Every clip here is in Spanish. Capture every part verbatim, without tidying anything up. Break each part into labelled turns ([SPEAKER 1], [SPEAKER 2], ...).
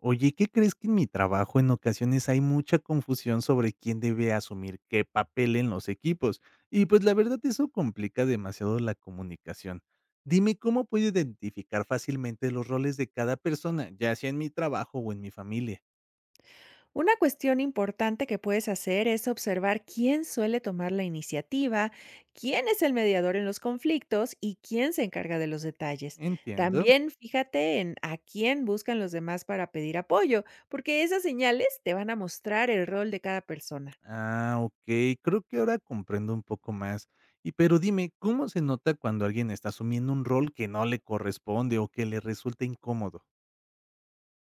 [SPEAKER 1] Oye, ¿qué crees que en mi trabajo en ocasiones hay mucha confusión sobre quién debe asumir qué papel en los equipos? Y pues la verdad eso complica demasiado la comunicación. Dime cómo puedo identificar fácilmente los roles de cada persona, ya sea en mi trabajo o en mi familia.
[SPEAKER 2] Una cuestión importante que puedes hacer es observar quién suele tomar la iniciativa, quién es el mediador en los conflictos y quién se encarga de los detalles.
[SPEAKER 1] Entiendo.
[SPEAKER 2] También fíjate en a quién buscan los demás para pedir apoyo, porque esas señales te van a mostrar el rol de cada persona.
[SPEAKER 1] Ah, ok, creo que ahora comprendo un poco más. Y pero dime, ¿cómo se nota cuando alguien está asumiendo un rol que no le corresponde o que le resulta incómodo?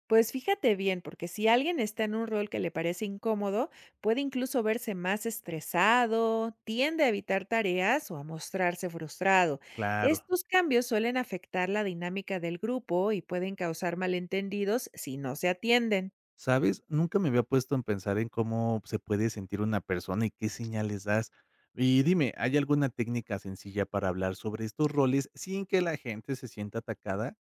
[SPEAKER 2] Pues fíjate bien, porque si alguien está en un rol que le parece incómodo, puede incluso verse más estresado, tiende a evitar tareas o a mostrarse frustrado.
[SPEAKER 1] Claro.
[SPEAKER 2] Estos cambios suelen afectar la dinámica del grupo y pueden causar malentendidos si no se atienden.
[SPEAKER 1] ¿Sabes? Nunca me había puesto en pensar en cómo se puede sentir una persona y qué señales das. Y dime, ¿hay alguna técnica sencilla para hablar sobre estos roles sin que la gente se sienta atacada?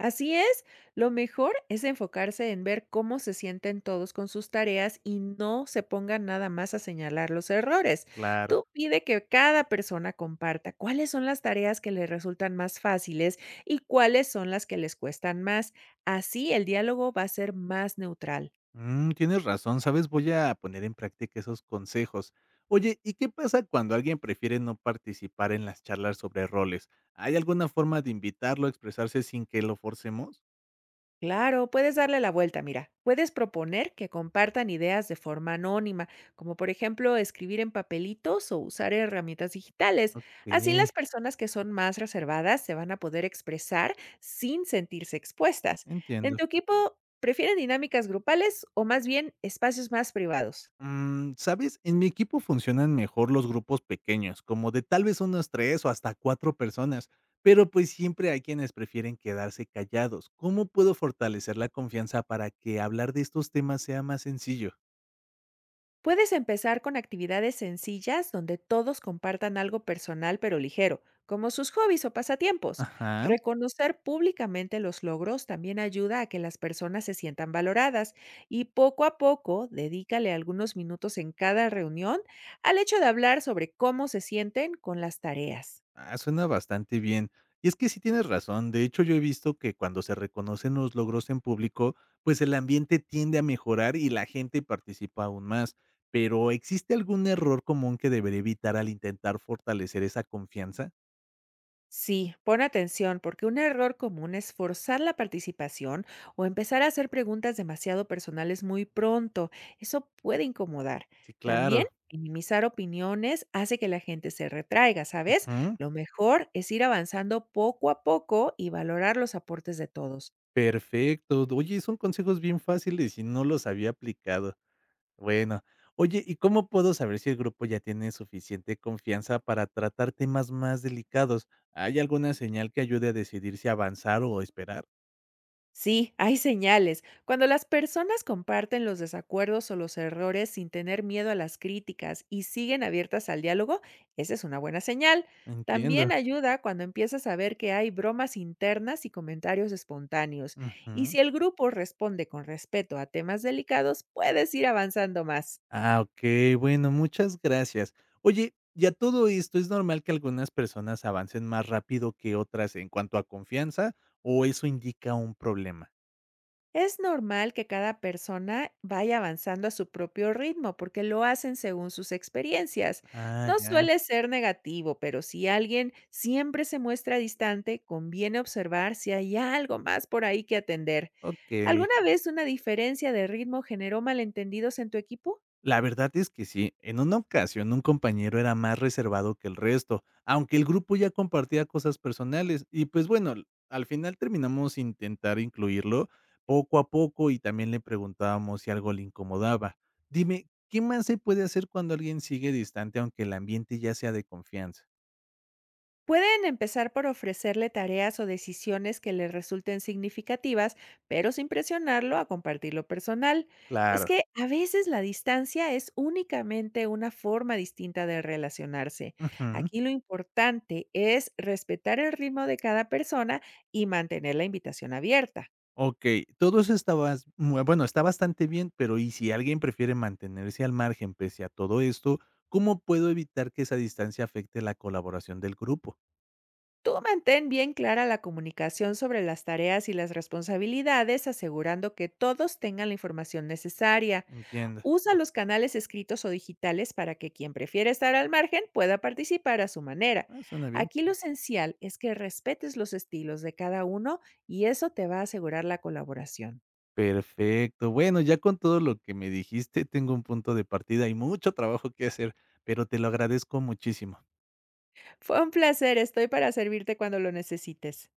[SPEAKER 2] Así es, lo mejor es enfocarse en ver cómo se sienten todos con sus tareas y no se pongan nada más a señalar los errores.
[SPEAKER 1] Claro.
[SPEAKER 2] Tú pide que cada persona comparta cuáles son las tareas que les resultan más fáciles y cuáles son las que les cuestan más. Así el diálogo va a ser más neutral.
[SPEAKER 1] Mm, tienes razón, ¿sabes? Voy a poner en práctica esos consejos. Oye, ¿y qué pasa cuando alguien prefiere no participar en las charlas sobre roles? ¿Hay alguna forma de invitarlo a expresarse sin que lo forcemos?
[SPEAKER 2] Claro, puedes darle la vuelta, mira. Puedes proponer que compartan ideas de forma anónima, como por ejemplo escribir en papelitos o usar herramientas digitales.
[SPEAKER 1] Ok,
[SPEAKER 2] Así las personas que son más reservadas se van a poder expresar sin sentirse expuestas. ¿En
[SPEAKER 1] entiendo.
[SPEAKER 2] tu equipo prefieren dinámicas grupales o más bien espacios más privados?
[SPEAKER 1] Mm, ¿sabes? En mi equipo funcionan mejor los grupos pequeños, como de tal vez unos tres o hasta cuatro personas, pero pues siempre hay quienes prefieren quedarse callados. ¿Cómo puedo fortalecer la confianza para que hablar de estos temas sea más sencillo?
[SPEAKER 2] Puedes empezar con actividades sencillas donde todos compartan algo personal pero ligero, como sus hobbies o pasatiempos.
[SPEAKER 1] Ajá.
[SPEAKER 2] Reconocer públicamente los logros también ayuda a que las personas se sientan valoradas, y poco a poco dedícale algunos minutos en cada reunión al hecho de hablar sobre cómo se sienten con las tareas.
[SPEAKER 1] Ah, suena bastante bien. Y es que sí tienes razón. De hecho, yo he visto que cuando se reconocen los logros en público, pues el ambiente tiende a mejorar y la gente participa aún más. Pero ¿existe algún error común que debería evitar al intentar fortalecer esa confianza?
[SPEAKER 2] Sí, pon atención, porque un error común es forzar la participación o empezar a hacer preguntas demasiado personales muy pronto. Eso puede incomodar.
[SPEAKER 1] Sí,
[SPEAKER 2] También
[SPEAKER 1] claro.
[SPEAKER 2] minimizar opiniones hace que la gente se retraiga, ¿sabes?
[SPEAKER 1] Ujú.
[SPEAKER 2] Lo mejor es ir avanzando poco a poco y valorar los aportes de todos.
[SPEAKER 1] Perfecto. Oye, son consejos bien fáciles y no los había aplicado. Bueno. Oye, ¿y cómo puedo saber si el grupo ya tiene suficiente confianza para tratar temas más delicados? ¿Hay alguna señal que ayude a decidir si avanzar o esperar?
[SPEAKER 2] Sí, hay señales. Cuando las personas comparten los desacuerdos o los errores sin tener miedo a las críticas y siguen abiertas al diálogo, esa es una buena señal. También
[SPEAKER 1] Entiendo.
[SPEAKER 2] ayuda cuando empiezas a ver que hay bromas internas y comentarios espontáneos. Y
[SPEAKER 1] Ujú.
[SPEAKER 2] si el grupo responde con respeto a temas delicados, puedes ir avanzando más.
[SPEAKER 1] Ah, ok, bueno, muchas gracias. Oye, y a todo esto, ¿es normal que algunas personas avancen más rápido que otras en cuanto a confianza o eso indica un problema?
[SPEAKER 2] Es normal que cada persona vaya avanzando a su propio ritmo, porque lo hacen según sus experiencias.
[SPEAKER 1] Ah,
[SPEAKER 2] No
[SPEAKER 1] ya,
[SPEAKER 2] suele ser negativo, pero si alguien siempre se muestra distante, conviene observar si hay algo más por ahí que atender.
[SPEAKER 1] ok.
[SPEAKER 2] ¿Alguna vez una diferencia de ritmo generó malentendidos en tu equipo?
[SPEAKER 1] La verdad es que sí, en una ocasión un compañero era más reservado que el resto, aunque el grupo ya compartía cosas personales y pues bueno, l- al final terminamos intentar incluirlo poco a poco y también le preguntábamos si algo le incomodaba. Dime, ¿qué más se puede hacer cuando alguien sigue distante aunque el ambiente ya sea de confianza?
[SPEAKER 2] Pueden empezar por ofrecerle tareas o decisiones que le resulten significativas, pero sin presionarlo a compartir lo personal. Es
[SPEAKER 1] Claro.
[SPEAKER 2] que a veces la distancia es únicamente una forma distinta de relacionarse.
[SPEAKER 1] Ujú.
[SPEAKER 2] Aquí lo importante es respetar el ritmo de cada persona y mantener la invitación abierta.
[SPEAKER 1] Okey, todo eso está bas mue bueno, está bastante bien, pero, ¿y si alguien prefiere mantenerse al margen pese a todo esto? ¿Cómo puedo evitar que esa distancia afecte la colaboración del grupo?
[SPEAKER 2] Tú mantén bien clara la comunicación sobre las tareas y las responsabilidades, asegurando que todos tengan la información necesaria.
[SPEAKER 1] Entiendo.
[SPEAKER 2] Usa los canales escritos o digitales para que quien prefiera estar al margen pueda participar a su manera.
[SPEAKER 1] Ah, suena bien.
[SPEAKER 2] Aquí lo esencial es que respetes los estilos de cada uno y eso te va a asegurar la colaboración.
[SPEAKER 1] Perfecto. Bueno, ya con todo lo que me dijiste, tengo un punto de partida y mucho trabajo que hacer, pero te lo agradezco muchísimo.
[SPEAKER 2] Fue un placer, estoy para servirte cuando lo necesites.